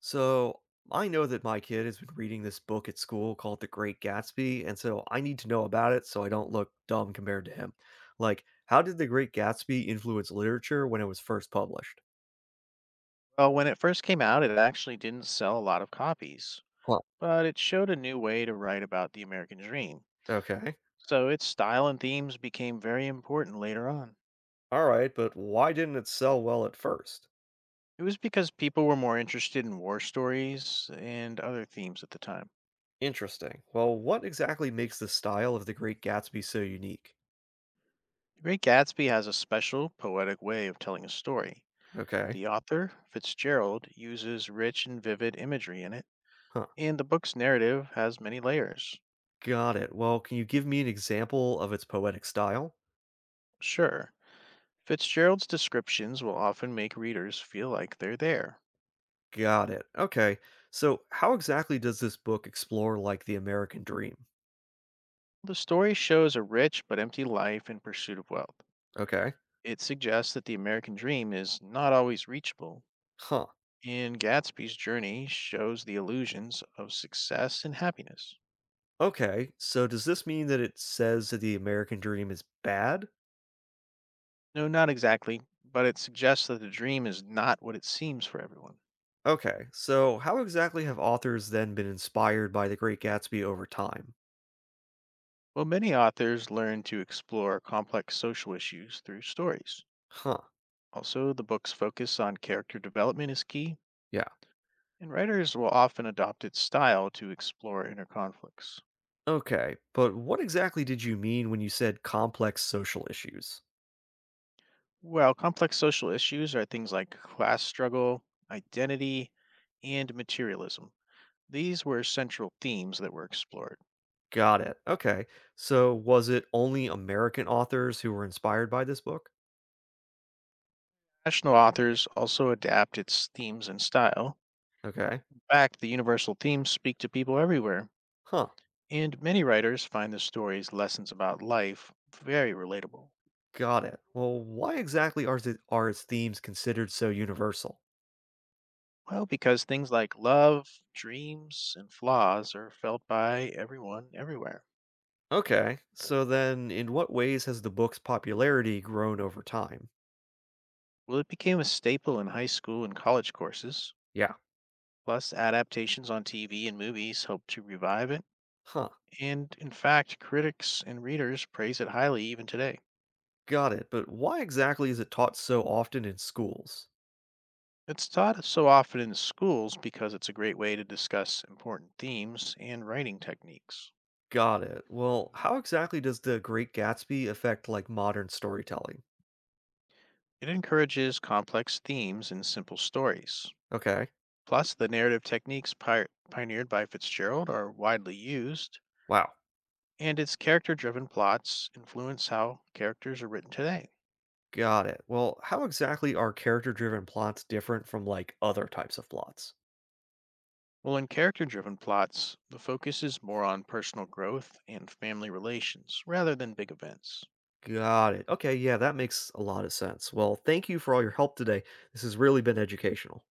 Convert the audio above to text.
So I know that my kid has been reading this book at school called The Great Gatsby, and so I need to know about it so I don't look dumb compared to him. Like, how did The Great Gatsby influence literature when it was first published? Well, when it first came out, it actually didn't sell a lot of copies, Huh. but it showed a new way to write about the American dream. Okay. So its style and themes became very important later on. All right, but why didn't it sell well at first? It was because people were more interested in war stories and other themes at the time. Interesting. Well, what exactly makes the style of The Great Gatsby so unique? The Great Gatsby has a special poetic way of telling a story. Okay. The author, Fitzgerald, uses rich and vivid imagery in it, Huh. and the book's narrative has many layers. Got it. Well, can you give me an example of its poetic style? Sure, Fitzgerald's descriptions will often make readers feel like they're there. Got it. Okay. So, how exactly does this book explore like the American dream? The story shows a rich but empty life in pursuit of wealth. Okay. It suggests that the American dream is not always reachable, Huh. and Gatsby's journey shows the illusions of success and happiness. Okay. So, does this mean that it says that the American dream is bad? No, not exactly, but it suggests that the dream is not what it seems for everyone. Okay. So, how exactly have authors then been inspired by The Great Gatsby over time? Well, many authors learn to explore complex social issues through stories. Huh. Also, the book's focus on character development is key, Yeah. and writers will often adopt its style to explore inner conflicts. Okay. But what exactly did you mean when you said complex social issues? Well, complex social issues are things like class struggle, identity, and materialism. These were central themes that were explored. Got it. Okay. So, was it only American authors who were inspired by this book? National authors also adapt its themes and style. Okay. In fact, the universal themes speak to people everywhere, Huh. and many writers find the story's lessons about life very relatable. Got it. Well, why exactly are, are its themes considered so universal? Well, because things like love, dreams, and flaws are felt by everyone everywhere. Okay, so then in what ways has the book's popularity grown over time? Well, it became a staple in high school and college courses. Yeah. Plus, adaptations on TV and movies help to revive it, Huh, and in fact, critics and readers praise it highly even today. got it. But why exactly is it taught so often in schools? It's taught so often in schools because it's a great way to discuss important themes and writing techniques. Got it. Well, how exactly does The Great Gatsby affect like modern storytelling? It encourages complex themes in simple stories. Okay. Plus, the narrative techniques pioneered by Fitzgerald are widely used, Wow. and its character driven plots influence how characters are written today. Got it. Well, how exactly are character driven plots different from like other types of plots? Well, in character driven plots, the focus is more on personal growth and family relations rather than big events. Got it. Okay, yeah, that makes a lot of sense. Well, thank you for all your help today. This has really been educational.